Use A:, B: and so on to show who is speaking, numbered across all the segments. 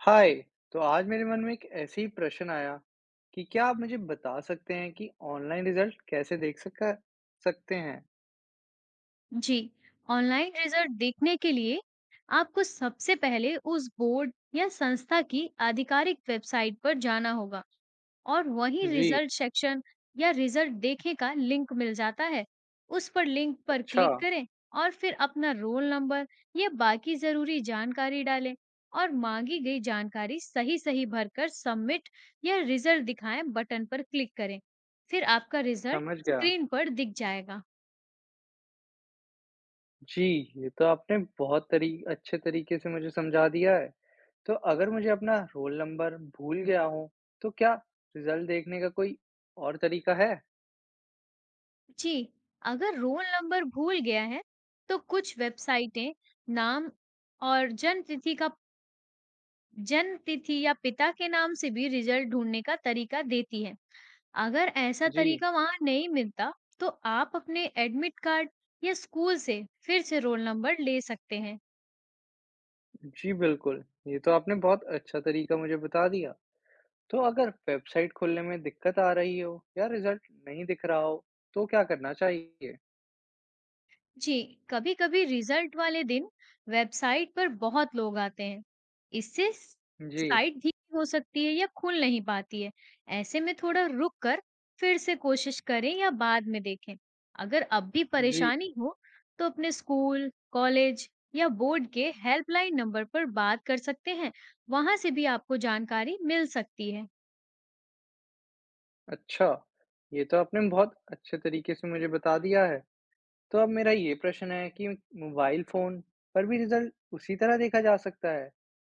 A: हाय। तो आज मेरे मन में एक ऐसे ही प्रश्न आया कि क्या आप मुझे बता सकते हैं कि ऑनलाइन रिजल्ट कैसे देख सका सकते हैं?
B: जी, ऑनलाइन रिजल्ट देखने के लिए आपको सबसे पहले उस बोर्ड या संस्था की आधिकारिक वेबसाइट पर जाना होगा और वहीं
A: जी।
B: रिजल्ट सेक्शन या रिजल्ट देखे का लिंक मिल जाता है। उस पर लिंक पर
A: अच्छा।
B: क्लिक करें और फिर अपना रोल नंबर या बाकी जरूरी जानकारी डालें और मांगी गई जानकारी सही सही भरकर सबमिट या रिजल्ट दिखाएं बटन पर क्लिक करें। फिर आपका रिजल्ट
A: समझ गया।
B: स्क्रीन पर दिख जाएगा।
A: जी, ये तो आपने बहुत तरी अच्छे तरीके से मुझे समझा दिया है। तो अगर मुझे अपना रोल नंबर भूल गया हो तो क्या रिजल्ट देखने का कोई और तरीका है?
B: जी, अगर रोल नंबर भूल गया है, तो कुछ वेबसाइटें नाम और जन्म तिथि या पिता के नाम से भी रिजल्ट ढूंढने का तरीका देती है। अगर ऐसा
A: जी।
B: तरीका वहाँ नहीं मिलता, तो आप अपने एडमिट कार्ड या स्कूल से फिर से रोल नंबर ले सकते हैं।
A: जी बिल्कुल, ये तो आपने बहुत अच्छा तरीका मुझे बता दिया। तो अगर वेबसाइट खोलने में दिक्कत आ रही हो या रिजल्ट नहीं दिख रहा हो तो क्या करना चाहिए?
B: जी, कभी-कभी रिजल्ट वाले दिन वेबसाइट पर बहुत लोग आते हैं, इससे
A: जी।
B: साइट धीमी हो सकती है या खुल नहीं पाती है। ऐसे में थोड़ा रुक कर फिर से कोशिश करें या बाद में देखें। अगर अब भी
A: जी
B: परेशानी हो तो अपने स्कूल, कॉलेज या बोर्ड के हेल्पलाइन नंबर पर बात कर सकते हैं। वहां से भी आपको जानकारी मिल सकती है।
A: अच्छा, ये तो आपने बहुत अच्छे तरीके से मुझे बता दिया है। तो अब मेरा ये प्रश्न है कि मोबाइल फोन पर भी रिजल्ट उसी तरह देखा जा सकता है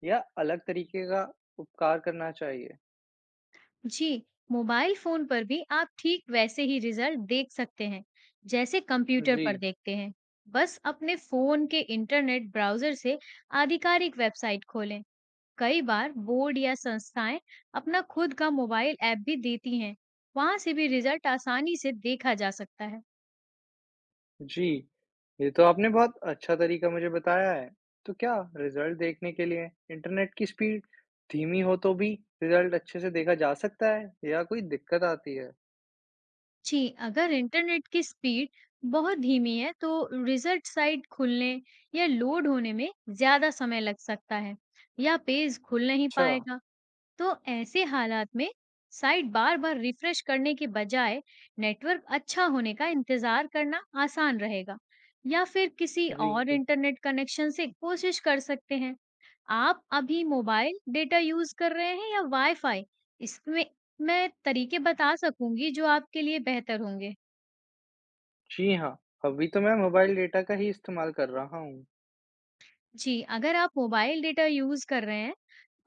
A: या अलग तरीके का उपकार करना चाहिए?
B: जी, मोबाइल फ़ोन पर भी आप ठीक वैसे ही रिज़ल्ट देख सकते हैं, जैसे कंप्यूटर
A: जी।
B: पर देखते हैं। बस अपने फ़ोन के इंटरनेट ब्राउज़र से आधिकारिक वेबसाइट खोलें। कई बार बोर्ड या संस्थाएँ अपना खुद का मोबाइल ऐप भी देती हैं, वहाँ से भी रिज़ल्ट आसानी से देखा जा सकता है।
A: जी, ये तो आपने बहुत अच्छा तरीका मुझे बताया है। तो क्या रिज़ल्ट देखने के लिए इंटरनेट की स्पीड धीमी हो तो भी रिज़ल्ट अच्छे से देखा जा सकता है या कोई दिक्कत आती है?
B: जी, अगर इंटरनेट की स्पीड बहुत धीमी है, तो रिज़ल्ट साइट खुलने या लोड होने में ज़्यादा समय लग सकता है या पेज खुल नहीं
A: अच्छा।
B: पाएगा। तो ऐसे हालात में साइट बार-बार रिफ्रेश करने के बजाय नेटवर्क अच्छा होने का इंतजार करना आसान रहेगा या फिर किसी और
A: जी।
B: इंटरनेट कनेक्शन से कोशिश कर सकते हैं। आप अभी मोबाइल डेटा यूज कर रहे हैं या वाईफाई? इसमें मैं तरीके बता सकूंगी जो आपके लिए बेहतर होंगे।
A: जी हाँ, अभी तो मैं मोबाइल डेटा का ही इस्तेमाल कर रहा हूँ।
B: जी, अगर आप मोबाइल डेटा यूज कर रहे हैं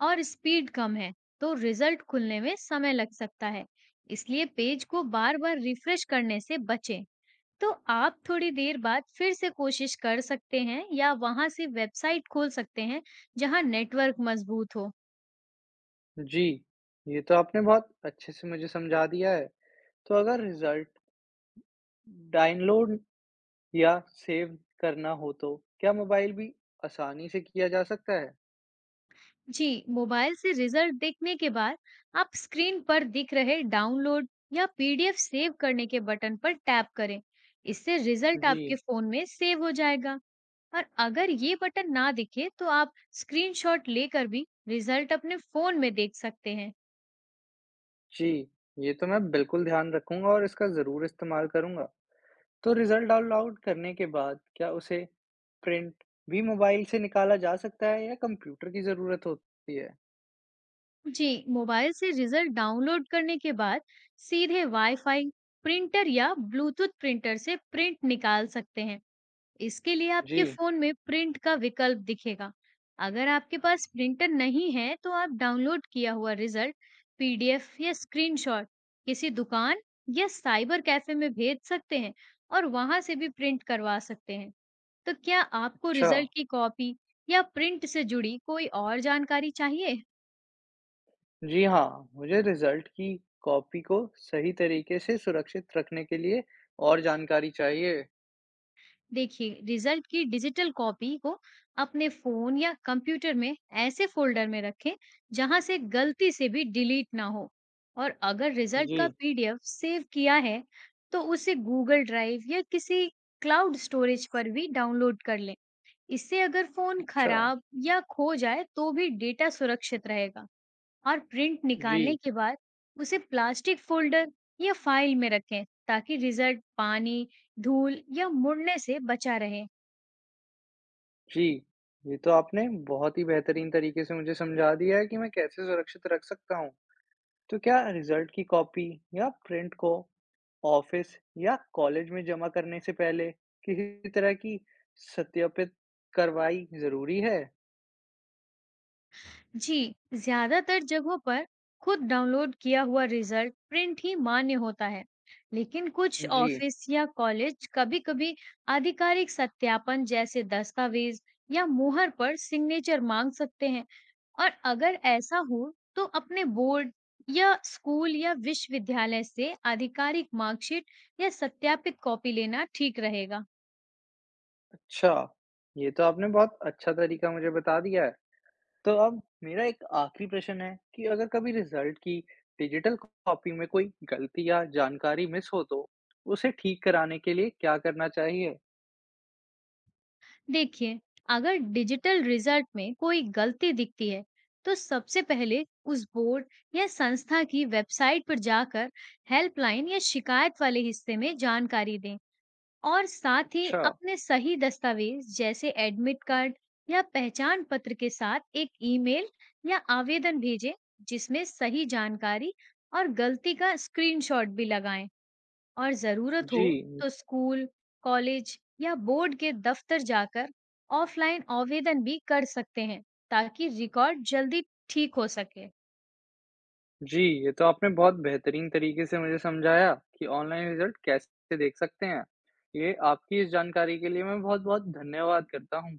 B: और स्पीड कम है, तो रिजल्ट खुलने में समय लग सकता है। इसलिए पेज को बार बार रिफ्रेश करने से बचें। तो आप थोड़ी देर बाद फिर से कोशिश कर सकते हैं या वहां से वेबसाइट खोल सकते हैं जहां नेटवर्क मजबूत हो।
A: जी, ये तो आपने बहुत अच्छे से मुझे समझा दिया है। तो अगर रिज़ल्ट डाउनलोड या सेव करना हो तो क्या मोबाइल भी आसानी से किया जा सकता है?
B: जी, मोबाइल से रिजल्ट देखने के बाद आप स्क्रीन पर दिख रहे डाउनलोड या पीडीएफ सेव करने के बटन पर टैप करें। इससे रिजल्ट
A: जी।
B: आपके फोन में सेव हो जाएगा। और अगर ये बटन ना दिखे तो आप स्क्रीनशॉट लेकर भी रिजल्ट अपने फोन में देख सकते हैं।
A: जी, ये तो मैं बिल्कुल ध्यान रखूँगा और इसका ज़रूर इस्तेमाल करूँगा। तो रिज़ल्ट डाउनलोड करने के बाद क्या उसे प्रिंट भी मोबाइल से निकाला जा सकता है या कंप्यूटर की ज़रूरत होती है?
B: जी, मोबाइल से रिजल्ट डाउनलोड करने के बाद सीधे वाईफाई प्रिंटर या ब्लूटूथ प्रिंटर से प्रिंट निकाल सकते हैं। इसके लिए आपके
A: जी।
B: फोन में प्रिंट का विकल्प दिखेगा। अगर आपके पास प्रिंटर नहीं है तो आप डाउनलोड किया हुआ रिजल्ट पीडीएफ या स्क्रीनशॉट किसी दुकान या साइबर कैफे में भेज सकते हैं और वहां से भी प्रिंट करवा सकते हैं। तो क्या आपको
A: अच्छा।
B: रिजल्ट की कॉपी या प्रिंट से जुड़ी कोई और जानकारी चाहिए?
A: जी हाँ, मुझे रिज़ल्ट की कॉपी को सही तरीके से सुरक्षित रखने के लिए और जानकारी चाहिए।
B: देखिए, रिजल्ट की डिजिटल कॉपी को अपने फोन या कंप्यूटर में ऐसे फोल्डर में रखें जहां से गलती से भी डिलीट ना हो। और अगर रिजल्ट का
A: जी।
B: पीडीएफ सेव किया है, तो उसे गूगल ड्राइव या किसी क्लाउड स्टोरेज पर भी डाउनलोड कर लें। इससे अगर फोन
A: अच्छा।
B: खराब या खो जाए तो भी डेटा सुरक्षित रहेगा। और प्रिंट निकालने
A: जी,
B: के बाद उसे प्लास्टिक फोल्डर या फाइल में रखें, ताकि रिजल्ट पानी, धूल या मुड़ने से बचा रहे।
A: जी। ये तो आपने बहुत ही बेहतरीन तरीके से मुझे समझा दिया है कि मैं कैसे सुरक्षित रख सकता हूँ। तो क्या रिजल्ट की कॉपी या प्रिंट को ऑफिस या कॉलेज में जमा करने से पहले किसी तरह की सत्यापित करवाई जरूरी है?
B: जी, ज्यादातर जगहों पर खुद डाउनलोड किया हुआ रिजल्ट प्रिंट ही मान्य होता है, लेकिन कुछ
A: जी।
B: ऑफिस या कॉलेज कभी-कभी आधिकारिक सत्यापन जैसे दस्तावेज या मुहर पर सिग्नेचर मांग सकते हैं। और अगर ऐसा हो तो अपने बोर्ड या स्कूल या विश्वविद्यालय से आधिकारिक मार्कशीट या सत्यापित कॉपी लेना ठीक रहेगा।
A: अच्छा, ये तो आपने बहुत अच्छा तरीका मुझे बता दिया है। तो अब मेरा एक आखिरी प्रश्न है कि अगर कभी रिजल्ट की डिजिटल कॉपी में कोई गलती या जानकारी मिस हो तो उसे ठीक कराने के लिए क्या करना चाहिए?
B: देखिए, अगर डिजिटल रिजल्ट में कोई गलती दिखती है तो सबसे पहले उस बोर्ड या संस्था की वेबसाइट पर जाकर हेल्पलाइन या शिकायत वाले हिस्से में जानकारी दें। और साथ ही
A: अच्छा।
B: अपने सही दस्तावेज जैसे एडमिट कार्ड या पहचान पत्र के साथ एक ईमेल या आवेदन भेजें जिसमें सही जानकारी और गलती का स्क्रीनशॉट भी लगाएं। और ज़रूरत
A: जी।
B: हो तो स्कूल, कॉलेज या बोर्ड के दफ्तर जाकर ऑफलाइन आवेदन भी कर सकते हैं ताकि रिकॉर्ड जल्दी ठीक हो सके।
A: जी, ये तो आपने बहुत बेहतरीन तरीके से मुझे समझाया कि ऑनलाइन रिज़ल्ट कैसे देख सकते हैं। ये आपकी इस जानकारी के लिए मैं बहुत-बहुत धन्यवाद करता हूँ।